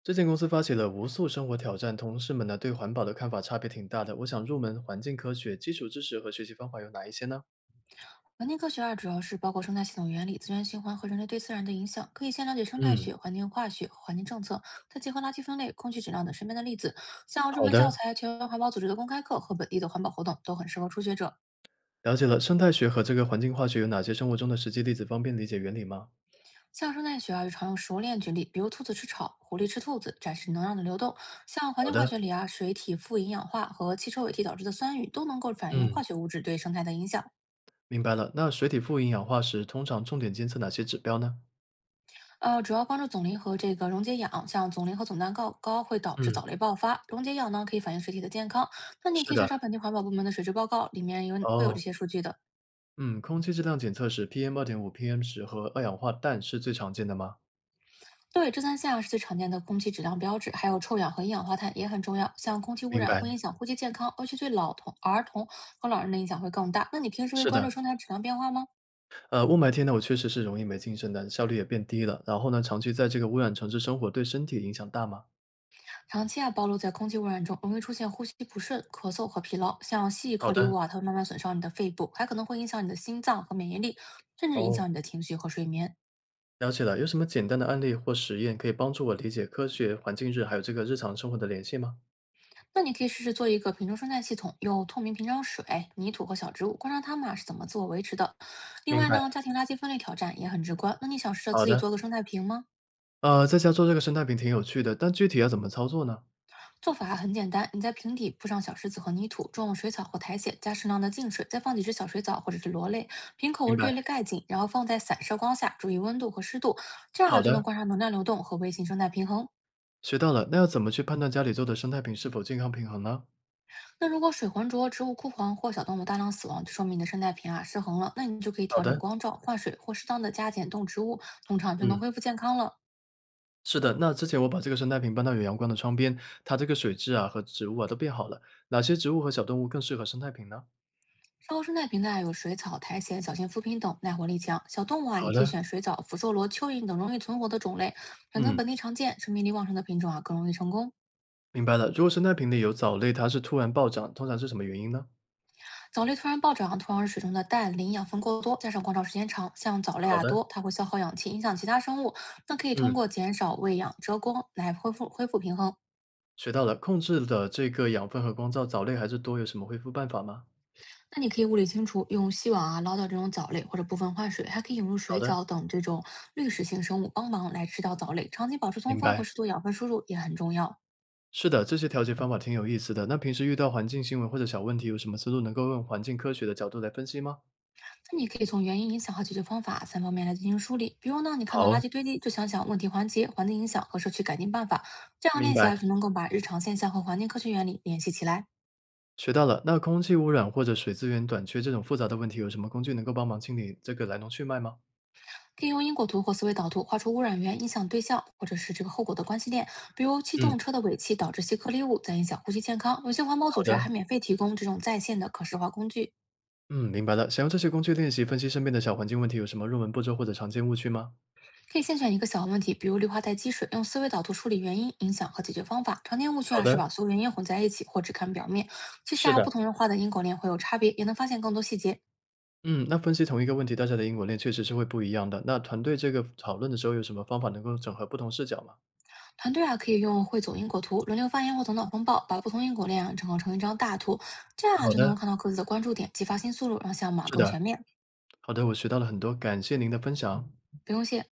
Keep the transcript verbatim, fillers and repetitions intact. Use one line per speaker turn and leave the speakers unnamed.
这间公司发起了无数生活挑战，同事们呢对环保的看法差别挺大的。我想入门环境科学，基础知识和学习方法有哪一些呢？
环境科学二主要是包括生态系统原理、资源循环和人类对自然的影响，可以先了解生态
嗯，
学、环境化学、环境政策，再结合垃圾分类、空气质量等身边的例子。像热
好
门教
的，
材、全球环保组织的公开课和本地的环保活动都很适合初学者。
了解了。生态学和这个环境化学有哪些生活中的实际例子，方便理解原理吗？
像生态学啊，就常用食物链举例，比如兔子吃草、狐狸吃兔子，展示能量的流动。像环
好
境化
的，
学里啊，水体富营养化和汽车尾气导致的酸雨都能够反映
嗯
化学物质对生态的影响。
明白了。那水体富营养化时，通常重点监测哪些指标呢？
呃，主要帮助总磷和这个溶解氧，像总磷和总氮高高会导致
嗯，
藻类爆发。溶解氧呢，可以反映水体的健康。那你也
是
可以
的，
查查本地环保部门的水质报告，里面有会有这
哦，
些数据的。
嗯，空气质量检测时，P M 二点五、P M 十和二氧化氮是最常见的吗？
对，这三项是最常见的空气质量标志，还有臭氧和一氧化碳也很重要。像空气污
明
染会影
白，
响呼吸健康，尤其对老童、儿童和老人的影响会更大。那你平时会
是
关注
的。
生态质量变化吗？
呃，雾霾天呢，我确实是容易没精神的，效率也变低了。然后呢，长期在这个污染城市生活，对身体影响大吗？
长期啊暴露在空气污染中，容易出现呼吸不顺、咳嗽和疲劳。像细
好
颗粒物
的，
啊，它会慢慢损伤你的肺部，还可能会影响你的心脏和免疫力，甚至影
哦，
响你的情绪和睡眠。
了解了。有什么简单的案例或实验可以帮助我理解科学、环境日还有这个日常生活的联系吗？
那你可以试试做一个瓶中生态系统，用透明瓶装水、泥土和小植物，观察它们啊是怎么自我维持的。另
明
外
白。
呢，家庭垃圾分类挑战也很直观。那你想试着
好
自己
的，
做个生态瓶吗？
呃，在家做这个生态瓶挺有趣的，但具体要怎么操作呢？
做法很简单，你在瓶底铺上小石子和泥土，种水草或苔藓，加适量的净水，再放几只小水藻或者是螺类，瓶口
明白。
略略盖紧，然后放在散射光下，注意温度和湿度，这样
好
啊就能
的，
观察能量流动和微型生态平衡。
学到了。那要怎么去判断家里做的生态瓶是否健康平衡呢？
那如果水浑浊、植物枯黄或小动物大量死亡，就说明你的生态平衡啊失衡了，那你就可以
好
调整
的，
光照、换水或适当的加减动植物，通常就能
嗯。
恢复健康了。
是的，那之前我把这个生态瓶搬到有阳光的窗边，它这个水质啊和植物啊都变好了。哪些植物和小动物更适合生态瓶呢？
生超生态瓶带有水草、苔藓、小型浮萍等，耐活力强。小动物啊，
好
你可以
的，
选水藻、福寿螺、蚯蚓等容易存活的种类，选择
嗯，
本地常见、生命力旺盛的品种啊，更容易成功。
明白了。如果生态瓶里有藻类，它是突然暴涨，通常是什么原因呢？
藻类突然暴涨，通常是水中的氮、磷养分过多，加上光照时间长，像藻类
好
啊
的，
多，它会消耗氧气，影响其他生物。那可以通
嗯，
过减少喂养、遮光来恢复恢复平衡。
学到了，控制的这个养分和光照，藻类还是多，有什么恢复办法吗？
那你可以物理清除，用细网啊捞到这种藻类，或者部分换水，还可以引入
好
水
的。
藻等这种滤食性生物帮忙来吃掉藻类。长期保持通
明
风
白。
和适度养分输入也很重要。
是的，这些调节方法挺有意思的。那平时遇到环境新闻或者小问题，有什么思路能够用环境科学的角度来分析吗？
那你可以从原因、影响和解决方法三方面来进行梳理。比如呢，你看到垃
好，
圾堆积，就想想问题环节、环境影响和社区改进办法。这样
明
练习啊，
白。
就能够把日常现象和环境科学原理联系起来。
学到了。那空气污染或者水资源短缺这种复杂的问题，有什么工具能够帮忙清理这个来龙去脉吗？
可以用因果图或思维导图画出污染源、影响对象，或者是这个后果的关系链。比如，机
嗯，
动车的尾气导致细颗粒物，在影响呼吸健康。有些环保
好
组织
的，
还免费提供这种在线的可视化工具。
嗯，明白了。想用这些工具练习分析身边的小环境问题，有什么入门步骤或者常见误区吗？
可以先选一个小问题，比如氯化带积水，用思维导图梳理原因、影响和解决方法。常见误区
好
啊是
的，
把所有原因混在一起，或只看表面。其实
是
啊，
的，
不同人画的因果链会有差别，也能发现更多细节。
嗯，那分析同一个问题，大家的因果链确实是会不一样的。那团队这个讨论的时候，有什么方法能够整合不同视角吗？
团队啊可以用汇总因果图，轮流发言或头脑风暴，把不同因果链啊整合成一张大图，这样啊
好
就能够
的，
看到各自的关注点，激发新思路，让项目啊
是
更
的，
全面。
好的，我学到了很多，感谢您的分享。
不用谢。